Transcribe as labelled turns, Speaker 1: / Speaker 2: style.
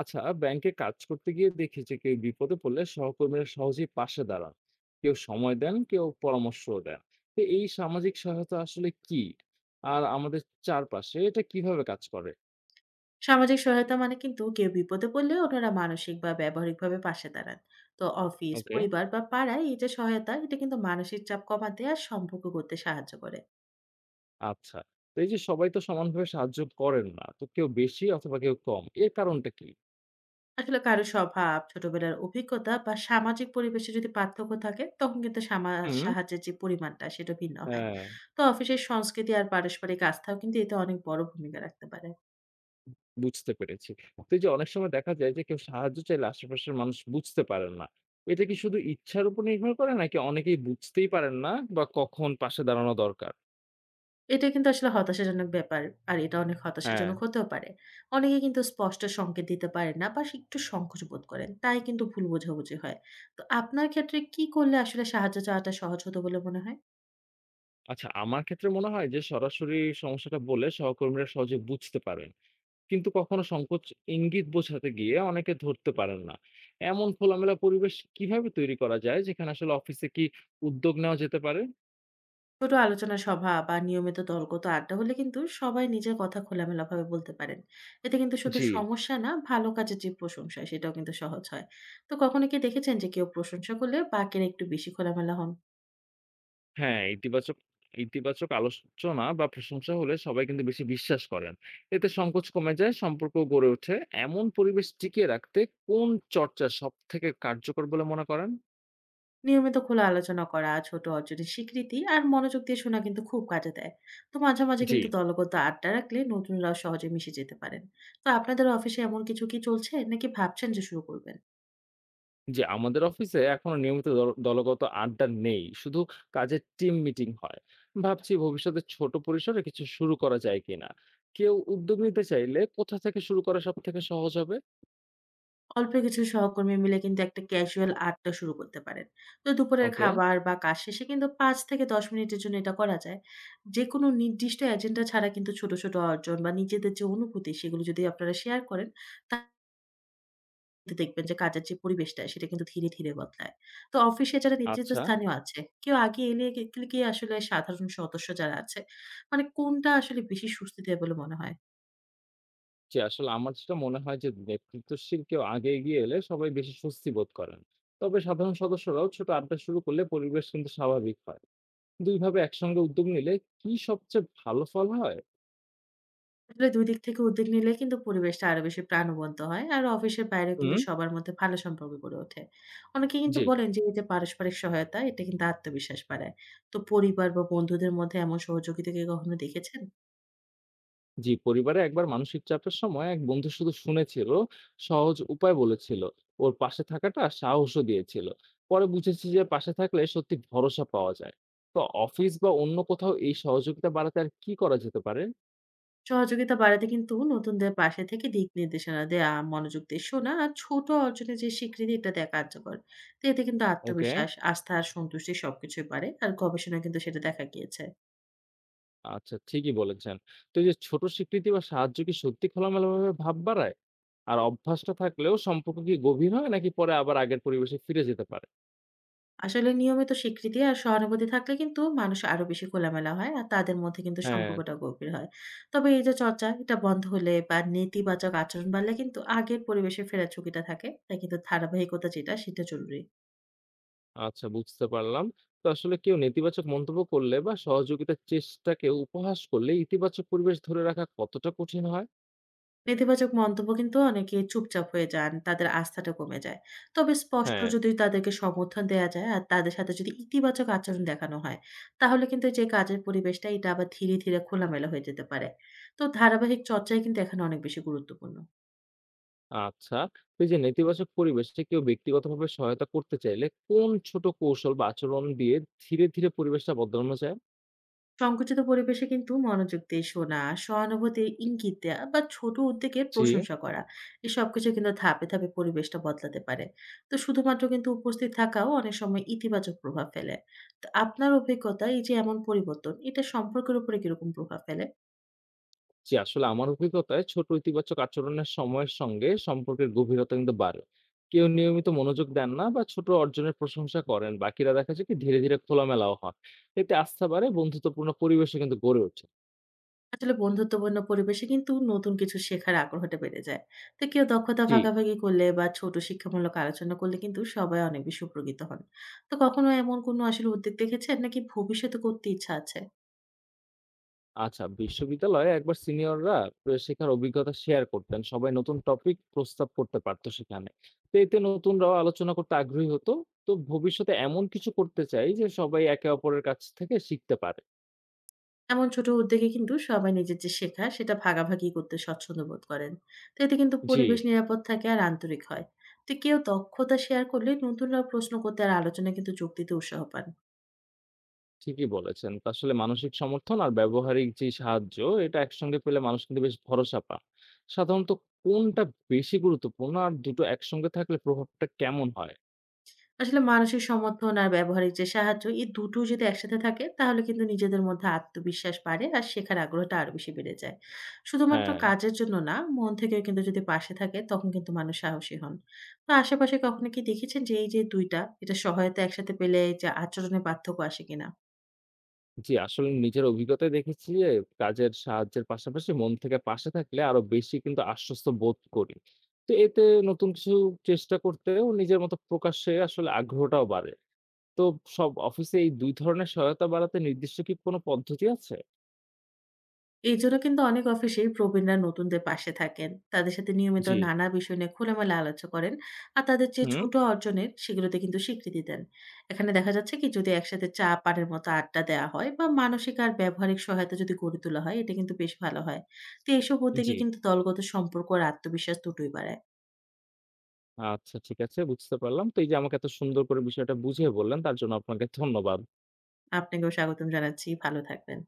Speaker 1: আচ্ছা, ব্যাংকে কাজ করতে গিয়ে দেখি যে কেউ বিপদে পড়লে সহকর্মীরা সহজেই পাশে দাঁড়ান। কেউ সময় দেন, কেউ পরামর্শ দেন। তো এই সামাজিক সহায়তা আসলে কি, আর আমাদের চারপাশে এটা কিভাবে কাজ করে?
Speaker 2: সামাজিক সহায়তা মানে কিন্তু কেউ বিপদে পড়লে ওনারা মানসিক বা ব্যবহারিকভাবে পাশে দাঁড়ান। তো অফিস,
Speaker 1: ওকে।
Speaker 2: পরিবার বা পাড়ায় এই যে সহায়তা, এটা কিন্তু মানসিক চাপ কমাতে আর সম্পর্ক করতে সাহায্য করে।
Speaker 1: আচ্ছা, তো এই যে সবাই তো সমানভাবে সাহায্য করেন না, তো কেউ বেশি অথবা কেউ কম, এর কারণটা কি?
Speaker 2: আসলে কারো স্বভাব, ছোটবেলার অভিজ্ঞতা বা সামাজিক পরিবেশে যদি পার্থক্য থাকে, তখন কিন্তু
Speaker 1: হুম।
Speaker 2: সাহায্যের যে পরিমাণটা, সেটা ভিন্ন হয়।
Speaker 1: হ্যাঁ।
Speaker 2: তো অফিসের সংস্কৃতি আর পারস্পরিক আস্থাও কিন্তু এতে অনেক বড় ভূমিকা রাখতে পারে।
Speaker 1: বুঝতে পেরেছি। তো এই যে অনেক সময় দেখা যায় যে কেউ সাহায্য চাইলে আশেপাশের মানুষ বুঝতে পারেন না। এটা কি শুধু ইচ্ছার উপর নির্ভর করে, নাকি অনেকেই বুঝতেই পারেন না বা কখন পাশে দাঁড়ানো দরকার?
Speaker 2: এটা কিন্তু আসলে হতাশাজনক ব্যাপার। আর এটা অনেক
Speaker 1: হ্যাঁ।
Speaker 2: হতাশাজনক হতেও পারে। অনেকে কিন্তু স্পষ্ট সংকেত দিতে পারেন না বা সে একটু সংকোচ বোধ করেন। তাই কিন্তু ভুল বোঝাবুঝি হয়। তো আপনার ক্ষেত্রে কি করলে আসলে সাহায্য চাওয়াটা সহজ হতো বলে মনে হয়?
Speaker 1: আচ্ছা, আমার ক্ষেত্রে মনে হয় যে সরাসরি সমস্যাটা বলে সহকর্মীরা সহজে বুঝতে পারেন। কিন্তু কখনো সংকোচ, ইঙ্গিত বোঝাতে গিয়ে অনেকে ধরতে পারেন না। এমন খোলামেলা পরিবেশ কিভাবে তৈরি করা যায়, যেখানে আসলে অফিসে কি উদ্যোগ নেওয়া যেতে পারে?
Speaker 2: ছোট আলোচনা সভা বা নিয়মিত দলগত আড্ডা হলে কিন্তু সবাই নিজের কথা খোলামেলাভাবে বলতে পারেন। এতে কিন্তু শুধু
Speaker 1: জি।
Speaker 2: সমস্যা না, ভালো কাজের যে প্রশংসা, সেটাও কিন্তু সহজ হয়। তো কখনো কি দেখেছেন যে কেউ প্রশংসা করলে বাকিরা একটু বেশি খোলামেলা হন?
Speaker 1: হ্যাঁ, ইতিবাচক ইতিবাচক আলোচনা বা প্রশংসা হলে সবাই কিন্তু বেশি বিশ্বাস করেন। এতে সংকোচ কমে যায়, সম্পর্ক গড়ে ওঠে। এমন পরিবেশ টিকিয়ে রাখতে কোন চর্চা সবথেকে কার্যকর বলে মনে করেন?
Speaker 2: নিয়মিত খোলা আলোচনা করা, ছোট অর্জনের স্বীকৃতি আর মনোযোগ দিয়ে শোনা কিন্তু খুব কাজে দেয়। তো মাঝে মাঝে
Speaker 1: জি,
Speaker 2: কিন্তু দলগত আড্ডা রাখলে নতুনরাও সহজে মিশে যেতে পারেন। তো আপনাদের অফিসে এমন কিছু কি চলছে? নাকি ভাবছেন যে শুরু করবেন?
Speaker 1: জি, আমাদের অফিসে এখনো নিয়মিত দলগত আড্ডা নেই। শুধু কাজের টিম মিটিং হয়। ভাবছি ভবিষ্যতে ছোট পরিসরে কিছু শুরু করা যায় কিনা? কেউ উদ্যোগ নিতে চাইলে কোথা থেকে শুরু করা সবথেকে সহজ হবে?
Speaker 2: অল্প কিছু সহকর্মী মিলে কিন্তু একটা ক্যাজুয়াল আড্ডা শুরু করতে পারেন। তো দুপুরের
Speaker 1: ওকে।
Speaker 2: খাবার বা কাজ শেষে কিন্তু ৫ থেকে ১০ মিনিটের জন্য এটা করা যায়। যেকোনো নির্দিষ্ট এজেন্ডা ছাড়া কিন্তু ছোট ছোট অর্জন বা নিজেদের যে অনুভূতি, সেগুলো যদি আপনারা শেয়ার করেন, তা কিন্তু দেখবেন যে কাজের যে পরিবেশটা, সেটা কিন্তু ধীরে ধীরে বদলায়। তো অফিসে যারা
Speaker 1: আচ্ছা।
Speaker 2: নেতৃত্বস্থানীয় আছে, কেউ আগে এলে কে গেলে কি আসলে সাধারণ সদস্য যারা আছে, মানে কোনটা আসলে বেশি স্বস্তি দেয় বলে মনে হয়?
Speaker 1: জি, আসলে আমার যেটা মনে হয় যে নেতৃত্বশীল কেউ আগে এগিয়ে এলে সবাই বেশি স্বস্তি বোধ করেন। তবে সাধারণ সদস্যরাও ছোট আড্ডা শুরু করলে পরিবেশ কিন্তু স্বাভাবিক হয়। দুইভাবে একসঙ্গে উদ্যোগ নিলে কি সবচেয়ে ভালো ফল হয়?
Speaker 2: আসলে ২ দিক থেকে উদ্যোগ নিলে কিন্তু পরিবেশটা আরো বেশি প্রাণবন্ত হয়। আর অফিসের বাইরেও
Speaker 1: হুম।
Speaker 2: কিন্তু সবার মধ্যে ভালো সম্পর্ক গড়ে ওঠে। অনেকে কিন্তু
Speaker 1: জি।
Speaker 2: বলেন যে এই যে পারস্পরিক সহায়তা, এটা কিন্তু আত্মবিশ্বাস বাড়ায়। তো পরিবার বা বন্ধুদের মধ্যে এমন সহযোগিতা কি কখনো দেখেছেন?
Speaker 1: জি, পরিবারে একবার মানসিক চাপের সময় এক বন্ধু শুধু শুনেছিল, সহজ উপায় বলেছিল। ওর পাশে থাকাটা সাহসও দিয়েছিল। পরে বুঝেছি যে পাশে থাকলে সত্যি ভরসা পাওয়া যায়। তো অফিস বা অন্য কোথাও এই সহযোগিতা বাড়াতে আর কি করা যেতে পারে?
Speaker 2: সহযোগিতা বাড়াতে কিন্তু নতুনদের পাশে থেকে দিক নির্দেশনা দেয়া, মনোযোগ দিয়ে শোনা আর ছোট অর্জনের যে স্বীকৃতি, এটা দেয়া কার্যকর। তো এতে কিন্তু
Speaker 1: ওকে।
Speaker 2: আত্মবিশ্বাস, আস্থা আর সন্তুষ্টি সবকিছুই বাড়ে। আর গবেষণায় কিন্তু সেটা দেখা গিয়েছে।
Speaker 1: আচ্ছা, ঠিকই বলেছেন। তো এই যে ছোট স্বীকৃতি বা সাহায্য কি সত্যি খোলামেলাভাবে ভাব বাড়ায়? আর অভ্যাসটা থাকলেও সম্পর্ক কি গভীর হয়, নাকি পরে আবার আগের পরিবেশে ফিরে যেতে পারে?
Speaker 2: আসলে নিয়মিত স্বীকৃতি আর সহানুভূতি থাকলে কিন্তু মানুষ আরো বেশি খোলামেলা হয় আর তাদের মধ্যে কিন্তু
Speaker 1: হ্যাঁ।
Speaker 2: সম্পর্কটা গভীর হয়। তবে এই যে চর্চা, এটা বন্ধ হলে বা নেতিবাচক আচরণ বাড়লে কিন্তু আগের পরিবেশে ফেরার ঝুঁকিটা থাকে। তাই কিন্তু ধারাবাহিকতা যেটা, সেটা জরুরি।
Speaker 1: আচ্ছা, বুঝতে পারলাম। তো আসলে কেউ নেতিবাচক মন্তব্য করলে বা সহযোগিতার চেষ্টাকে উপহাস করলে ইতিবাচক পরিবেশ ধরে রাখা কতটা কঠিন হয়?
Speaker 2: নেতিবাচক মন্তব্য কিন্তু অনেকে চুপচাপ হয়ে যান, তাদের আস্থাটা কমে যায়। তবে স্পষ্ট
Speaker 1: হ্যাঁ।
Speaker 2: যদি তাদেরকে সমর্থন দেয়া যায় আর তাদের সাথে যদি ইতিবাচক আচরণ দেখানো হয়, তাহলে কিন্তু যে কাজের পরিবেশটা, এটা আবার ধীরে ধীরে খোলামেলা হয়ে যেতে পারে। তো ধারাবাহিক চর্চাই কিন্তু এখানে অনেক বেশি গুরুত্বপূর্ণ।
Speaker 1: আচ্ছা। তো এই যে নেতিবাচক পরিবেশে কেউ ব্যক্তিগতভাবে সহায়তা করতে চাইলে কোন ছোট কৌশল বা আচরণ দিয়ে ধীরে, ধীরে পরিবেশটা বদলানো যায়?
Speaker 2: সংকুচিত পরিবেশে কিন্তু মনোযোগ দিয়ে শোনা, সহানুভূতির ইঙ্গিত দেয়া বা ছোট উদ্যোগের
Speaker 1: জি।
Speaker 2: প্রশংসা করা। এই সবকিছু কিন্তু ধাপে ধাপে পরিবেশটা বদলাতে পারে। তো শুধুমাত্র কিন্তু উপস্থিত থাকাও অনেক সময় ইতিবাচক প্রভাব ফেলে। তো আপনার অভিজ্ঞতা এই যে এমন পরিবর্তন, এটা সম্পর্কের উপরে কিরকম প্রভাব ফেলে?
Speaker 1: জি, আসলে আমার অভিজ্ঞতায় ছোট ইতিবাচক আচরণের সময়ের সঙ্গে সম্পর্কের গভীরতা কিন্তু বাড়ে। কেউ নিয়মিত মনোযোগ দেন না বা ছোট অর্জনের প্রশংসা করেন, বাকিরা দেখা যায় কি ধীরে ধীরে খোলামেলাও হয়। এতে আস্থা বাড়ে, বন্ধুত্বপূর্ণ পরিবেশে কিন্তু গড়ে ওঠে।
Speaker 2: আসলে বন্ধুত্বপূর্ণ পরিবেশে কিন্তু নতুন কিছু শেখার আগ্রহটা বেড়ে যায়। তো কেউ দক্ষতা
Speaker 1: জি।
Speaker 2: ভাগাভাগি করলে বা ছোট শিক্ষামূলক আলোচনা করলে কিন্তু সবাই অনেক বেশি উপকৃত হন। তো কখনো এমন কোনো আসলে উদ্যোগ দেখেছেন নাকি ভবিষ্যতে করতে ইচ্ছা আছে?
Speaker 1: আচ্ছা, বিশ্ববিদ্যালয়ে একবার সিনিয়ররা শেখার অভিজ্ঞতা শেয়ার করতেন, সবাই নতুন টপিক প্রস্তাব করতে পারতো সেখানে। তো এতে নতুনরাও আলোচনা করতে আগ্রহী হতো। তো ভবিষ্যতে এমন কিছু করতে চাই যে সবাই একে অপরের কাছ থেকে শিখতে পারে।
Speaker 2: এমন ছোট উদ্যোগে কিন্তু সবাই নিজের যে শেখা, সেটা ভাগাভাগি করতে স্বচ্ছন্দ বোধ করেন। তো এতে কিন্তু
Speaker 1: জি।
Speaker 2: পরিবেশ নিরাপদ থাকে আর আন্তরিক হয়। তো কেউ দক্ষতা শেয়ার করলে নতুনরা প্রশ্ন করতে আর আলোচনা কিন্তু যোগ দিতে উৎসাহ পান।
Speaker 1: ঠিকই বলেছেন। তো আসলে মানসিক সমর্থন আর ব্যবহারিক যে সাহায্য, এটা একসঙ্গে পেলে মানুষ কিন্তু বেশ ভরসা পান। সাধারণত কোনটা বেশি গুরুত্বপূর্ণ, আর দুটো একসঙ্গে থাকলে প্রভাবটা কেমন হয়?
Speaker 2: আসলে মানসিক সমর্থন আর ব্যবহারিক যে সাহায্য, এই দুটো যদি একসাথে থাকে তাহলে কিন্তু নিজেদের মধ্যে আত্মবিশ্বাস বাড়ে আর শেখার আগ্রহটা আরো বেশি বেড়ে যায়। শুধুমাত্র
Speaker 1: হ্যাঁ।
Speaker 2: কাজের জন্য না, মন থেকেও কিন্তু যদি পাশে থাকে তখন কিন্তু মানুষ সাহসী হন। তো আশেপাশে কখনো কি দেখেছেন যে এই যে ২ টা, এটা সহায়তা একসাথে পেলে যে আচরণে পার্থক্য আসে কিনা?
Speaker 1: জি, আসলে নিজের অভিজ্ঞতায় দেখেছি যে কাজের সাহায্যের পাশাপাশি মন থেকে পাশে থাকলে আরো বেশি কিন্তু আশ্বস্ত বোধ করি। তো এতে নতুন কিছু চেষ্টা করতেও নিজের মতো প্রকাশ্যে আসলে আগ্রহটাও বাড়ে। তো সব অফিসে এই ২ ধরনের সহায়তা বাড়াতে নির্দিষ্ট কি কোনো পদ্ধতি আছে?
Speaker 2: এজন্য কিন্তু অনেক অফিসেই প্রবীণরা নতুনদের পাশে থাকেন। তাদের সাথে নিয়মিত
Speaker 1: জি।
Speaker 2: নানা বিষয় নিয়ে খোলামেলা আলোচনা করেন। আর তাদের যে
Speaker 1: হুম।
Speaker 2: ছোট অর্জনের সেগুলোতে কিন্তু স্বীকৃতি দেন। এখানে দেখা যাচ্ছে কি যদি একসাথে চা, পানের মতো আড্ডা দেওয়া হয় বা মানসিক আর ব্যবহারিক সহায়তা যদি গড়ে তোলা হয়, এটা কিন্তু বেশ ভালো হয়। তো এসব উদ্যোগে
Speaker 1: জি।
Speaker 2: কিন্তু দলগত সম্পর্ক আর আত্মবিশ্বাস দুটোই বাড়ায়।
Speaker 1: আচ্ছা, ঠিক আছে, বুঝতে পারলাম। তো এই যে আমাকে এত সুন্দর করে বিষয়টা বুঝিয়ে বললেন, তার জন্য আপনাকে ধন্যবাদ।
Speaker 2: আপনাকেও স্বাগতম জানাচ্ছি। ভালো থাকবেন।